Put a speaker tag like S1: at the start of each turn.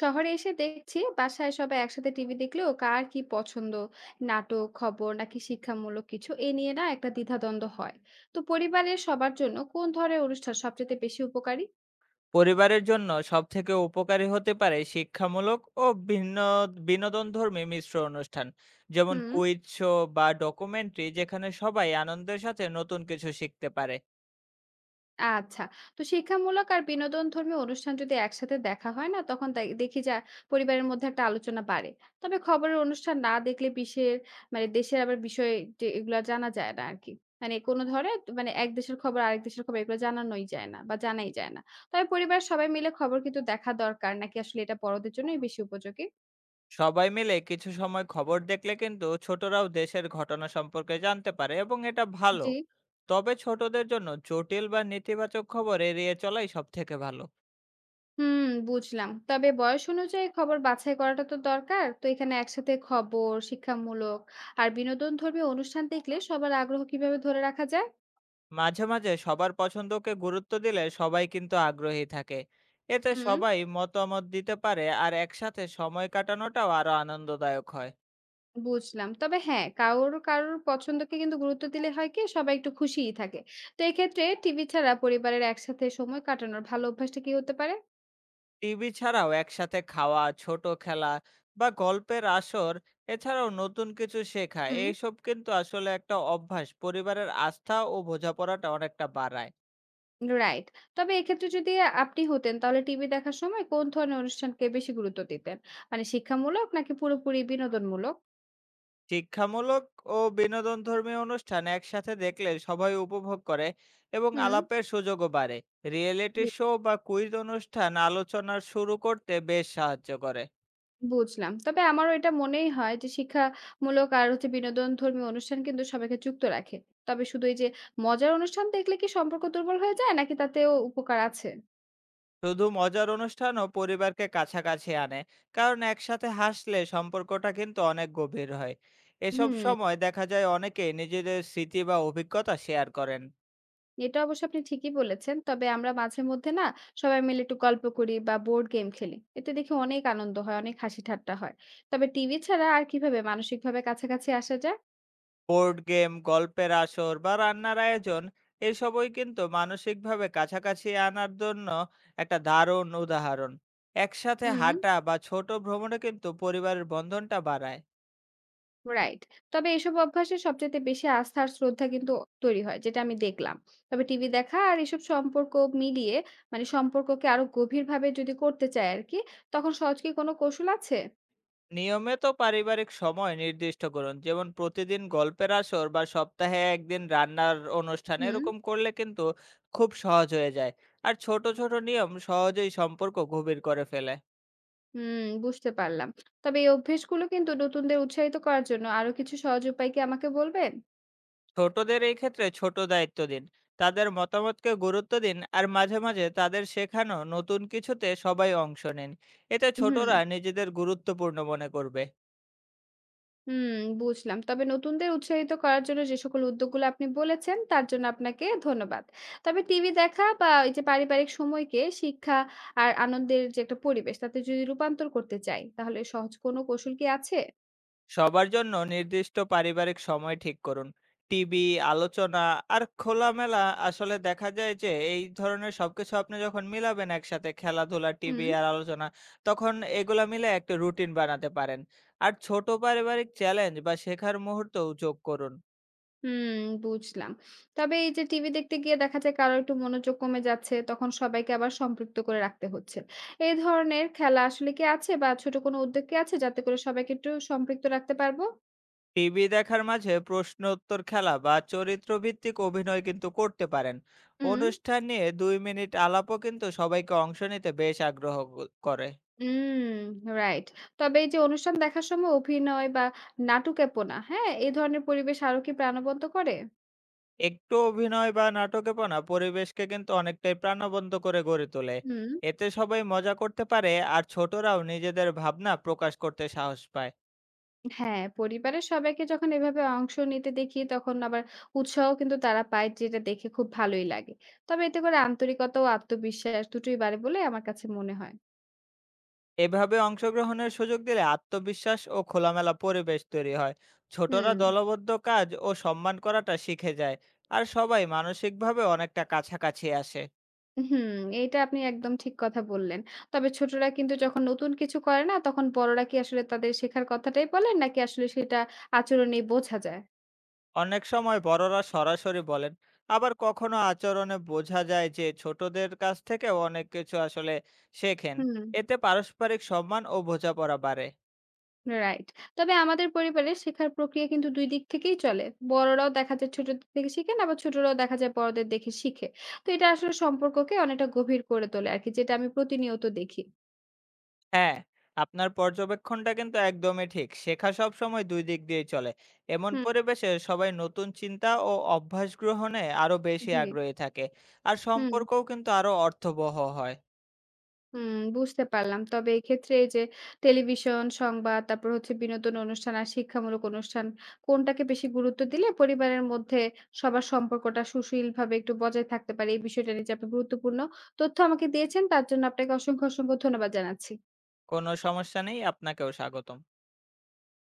S1: শহরে এসে দেখছি বাসায় সবাই একসাথে টিভি দেখলেও কার কি পছন্দ নাটক খবর নাকি শিক্ষামূলক কিছু এ নিয়ে না একটা দ্বিধাদ্বন্দ্ব হয়। তো পরিবারের সবার জন্য কোন ধরনের অনুষ্ঠান সবচেয়ে বেশি উপকারী?
S2: পরিবারের জন্য সবথেকে উপকারী হতে পারে শিক্ষামূলক ও ভিন্ন বিনোদনধর্মী মিশ্র অনুষ্ঠান, যেমন
S1: হুম,
S2: কুইজ শো বা ডকুমেন্টারি, যেখানে সবাই আনন্দের সাথে নতুন কিছু শিখতে পারে।
S1: আচ্ছা। তো শিক্ষামূলক আর বিনোদনধর্মী অনুষ্ঠান যদি একসাথে দেখা হয় না, তখন দেখি যা পরিবারের মধ্যে একটা আলোচনা বাড়ে। তবে খবরের অনুষ্ঠান না দেখলে বিশ্বের মানে দেশের আবার বিষয় যে এগুলা জানা যায় না আরকি। মানে কোন ধরে মানে এক দেশের খবর আরেক দেশের খবর এগুলো জানানোই যায় না বা জানাই যায় না। তবে পরিবারের সবাই মিলে খবর কিন্তু দেখা দরকার নাকি আসলে এটা বড়দের জন্যই বেশি উপযোগী?
S2: সবাই মিলে কিছু সময় খবর দেখলে কিন্তু ছোটরাও দেশের ঘটনা সম্পর্কে জানতে পারে এবং এটা ভালো।
S1: জি।
S2: তবে ছোটদের জন্য জটিল বা নেতিবাচক খবর এড়িয়ে চলাই সব থেকে ভালো।
S1: হুম, বুঝলাম। তবে বয়স অনুযায়ী খবর বাছাই করাটা তো দরকার। তো এখানে একসাথে খবর, শিক্ষামূলক আর বিনোদনধর্মী অনুষ্ঠান দেখলে সবার আগ্রহ কিভাবে ধরে রাখা যায়?
S2: মাঝে মাঝে সবার পছন্দকে গুরুত্ব দিলে সবাই কিন্তু আগ্রহী থাকে। এতে
S1: হুম,
S2: সবাই মতামত দিতে পারে আর একসাথে সময় কাটানোটাও আরো আনন্দদায়ক হয়।
S1: বুঝলাম। তবে হ্যাঁ, কারোর পছন্দকে কিন্তু গুরুত্ব দিলে হয় কি সবাই একটু খুশিই থাকে। তো এক্ষেত্রে টিভি ছাড়া পরিবারের একসাথে সময় কাটানোর ভালো অভ্যাসটা কি হতে পারে?
S2: টিভি ছাড়াও একসাথে খাওয়া, ছোট খেলা বা গল্পের আসর, এছাড়াও নতুন কিছু শেখা,
S1: হুম,
S2: এইসব কিন্তু আসলে একটা অভ্যাস পরিবারের আস্থা ও বোঝাপড়াটা অনেকটা বাড়ায়।
S1: রাইট। তবে এক্ষেত্রে যদি আপনি হতেন তাহলে টিভি দেখার সময় কোন ধরনের অনুষ্ঠানকে বেশি গুরুত্ব দিতেন? মানে শিক্ষামূলক নাকি পুরোপুরি বিনোদনমূলক?
S2: শিক্ষামূলক ও বিনোদনধর্মী অনুষ্ঠান একসাথে দেখলে সবাই উপভোগ করে এবং
S1: হুম,
S2: আলাপের সুযোগও বাড়ে। রিয়েলিটি শো বা কুইজ অনুষ্ঠান আলোচনার শুরু করতে বেশ সাহায্য করে।
S1: বুঝলাম। তবে আমারও এটা মনেই হয় যে শিক্ষামূলক আর হচ্ছে বিনোদনধর্মী অনুষ্ঠান কিন্তু সবাইকে যুক্ত রাখে। তবে শুধু এই যে মজার অনুষ্ঠান দেখলে কি সম্পর্ক দুর্বল হয়ে যায় নাকি তাতেও উপকার আছে?
S2: শুধু মজার অনুষ্ঠানও পরিবারকে কাছাকাছি আনে, কারণ একসাথে হাসলে সম্পর্কটা কিন্তু অনেক গভীর হয়। এসব
S1: হুম।
S2: সময় দেখা যায় অনেকেই নিজেদের স্মৃতি বা অভিজ্ঞতা শেয়ার করেন।
S1: এটা অবশ্য আপনি ঠিকই বলেছেন। তবে আমরা মাঝে মধ্যে না সবাই মিলে একটু গল্প করি বা বোর্ড গেম খেলি। এতে দেখি অনেক আনন্দ হয়, অনেক হাসি ঠাট্টা হয়। তবে টিভি ছাড়া আর কিভাবে মানসিকভাবে কাছাকাছি আসা যায়?
S2: বোর্ড গেম, গল্পের আসর বা রান্নার আয়োজন, এসবই কিন্তু মানসিকভাবে কাছাকাছি আনার জন্য একটা দারুণ উদাহরণ। একসাথে
S1: হুম,
S2: হাঁটা বা ছোট ভ্রমণে কিন্তু পরিবারের বন্ধনটা বাড়ায়।
S1: রাইট। তবে এসব অভ্যাসে সবচাইতে বেশি আস্থা আর শ্রদ্ধা কিন্তু তৈরি হয়, যেটা আমি দেখলাম। তবে টিভি দেখা আর এসব সম্পর্ক মিলিয়ে মানে সম্পর্ককে আরো গভীরভাবে যদি করতে চাই আরকি, তখন সহজ কি কোনো কৌশল আছে?
S2: নিয়মিত পারিবারিক সময় নির্দিষ্ট করুন, যেমন প্রতিদিন গল্পের আসর বা সপ্তাহে একদিন রান্নার অনুষ্ঠান।
S1: হুম,
S2: এরকম করলে কিন্তু খুব সহজ হয়ে যায়, আর ছোট ছোট নিয়ম সহজেই সম্পর্ক গভীর করে ফেলে।
S1: হুম, বুঝতে পারলাম। তবে এই অভ্যেসগুলো কিন্তু নতুনদের উৎসাহিত করার জন্য আরো কিছু সহজ উপায় কি আমাকে বলবেন?
S2: ছোটদের এই ক্ষেত্রে ছোট দায়িত্ব দিন, তাদের মতামতকে গুরুত্ব দিন, আর মাঝে মাঝে তাদের শেখানো নতুন কিছুতে সবাই অংশ নিন। এতে ছোটরা
S1: হুম।
S2: নিজেদের গুরুত্বপূর্ণ মনে করবে।
S1: হুম, বুঝলাম। তবে নতুনদের উৎসাহিত করার জন্য যে সকল উদ্যোগগুলো আপনি বলেছেন, তার জন্য আপনাকে ধন্যবাদ। তবে টিভি দেখা বা এই যে পারিবারিক সময়কে শিক্ষা আর আনন্দের যে একটা পরিবেশ, তাতে যদি রূপান্তর করতে চাই, তাহলে সহজ কোনো কৌশল কি আছে?
S2: সবার জন্য নির্দিষ্ট পারিবারিক সময় ঠিক করুন, টিভি, আলোচনা আর খোলামেলা। আসলে দেখা যায় যে এই ধরনের সবকিছু আপনি যখন মিলাবেন, একসাথে খেলাধুলা, টিভি
S1: হুম,
S2: আর আলোচনা, তখন এগুলা মিলে একটা রুটিন বানাতে পারেন। আর ছোট পারিবারিক চ্যালেঞ্জ বা শেখার মুহূর্তও যোগ করুন।
S1: হুম, বুঝলাম। তবে এই যে টিভি দেখতে গিয়ে দেখা যায় কারো একটু মনোযোগ কমে যাচ্ছে, তখন সবাইকে আবার সম্পৃক্ত করে রাখতে হচ্ছে। এই ধরনের খেলা আসলে কি আছে বা ছোট কোনো উদ্যোগ কি আছে, যাতে করে সবাইকে একটু সম্পৃক্ত রাখতে পারবো?
S2: টিভি দেখার মাঝে প্রশ্নোত্তর খেলা বা চরিত্রভিত্তিক অভিনয় কিন্তু করতে পারেন।
S1: হুম,
S2: অনুষ্ঠান নিয়ে ২ মিনিট আলাপও কিন্তু সবাইকে অংশ নিতে বেশ আগ্রহ করে।
S1: হুম, রাইট। তবে এই যে অনুষ্ঠান দেখার সময় অভিনয় বা নাটুকেপনা, হ্যাঁ? এ ধরনের পরিবেশ আরো কি প্রাণবন্ত করে?
S2: একটু অভিনয় বা নাটকেপনা পরিবেশকে কিন্তু অনেকটাই প্রাণবন্ত করে গড়ে তোলে।
S1: হুম।
S2: এতে সবাই মজা করতে পারে আর ছোটরাও নিজেদের ভাবনা প্রকাশ করতে সাহস পায়।
S1: হ্যাঁ, পরিবারের সবাইকে যখন এভাবে অংশ নিতে দেখি তখন আবার উৎসাহ কিন্তু তারা পায় যেটা দেখে খুব ভালোই লাগে। তবে এতে করে আন্তরিকতা ও আত্মবিশ্বাস দুটোই বাড়ে বলে আমার কাছে মনে হয়।
S2: এভাবে অংশগ্রহণের সুযোগ দিলে আত্মবিশ্বাস ও খোলামেলা পরিবেশ তৈরি হয়। ছোটরা
S1: হুম।
S2: দলবদ্ধ কাজ ও সম্মান করাটা শিখে যায়, আর সবাই মানসিকভাবে অনেকটা কাছাকাছি আসে।
S1: হুম, এইটা আপনি একদম ঠিক কথা বললেন। তবে ছোটরা কিন্তু যখন নতুন কিছু করে না তখন বড়রা কি আসলে তাদের শেখার কথাটাই বলেন নাকি আসলে সেটা আচরণেই বোঝা যায়?
S2: অনেক সময় বড়রা সরাসরি বলেন, আবার কখনো আচরণে বোঝা যায় যে ছোটদের কাছ থেকে অনেক কিছু আসলে শেখেন।
S1: হুম,
S2: এতে পারস্পরিক সম্মান ও বোঝাপড়া বাড়ে।
S1: রাইট। তবে আমাদের পরিবারে শেখার প্রক্রিয়া কিন্তু ২ দিক থেকেই চলে। বড়রাও দেখা যায় ছোটদের থেকে শিখেন, আবার ছোটরাও দেখা যায় বড়দের দেখে শিখে। তো এটা আসলে সম্পর্ককে অনেকটা গভীর করে তোলে আরকি, যেটা আমি প্রতিনিয়ত দেখি।
S2: হ্যাঁ, আপনার পর্যবেক্ষণটা কিন্তু একদমই ঠিক। শেখা সবসময় ২ দিক দিয়েই চলে। এমন
S1: হুম,
S2: পরিবেশে সবাই নতুন চিন্তা ও অভ্যাস গ্রহণে আরো বেশি
S1: জি।
S2: আগ্রহী থাকে। আর
S1: হুম,
S2: সম্পর্কও কিন্তু আরো অর্থবহ হয়।
S1: হুম, বুঝতে পারলাম। তবে এক্ষেত্রে এই যে টেলিভিশন, সংবাদ, তারপর হচ্ছে বিনোদন অনুষ্ঠান আর শিক্ষামূলক অনুষ্ঠান কোনটাকে বেশি গুরুত্ব দিলে পরিবারের মধ্যে সবার সম্পর্কটা সুশীলভাবে একটু বজায় থাকতে পারে? এই বিষয়টা নিয়ে যে আপনি গুরুত্বপূর্ণ তথ্য আমাকে দিয়েছেন, তার জন্য আপনাকে অসংখ্য, অসংখ্য ধন্যবাদ জানাচ্ছি।
S2: কোনো সমস্যা নেই, আপনাকেও স্বাগতম।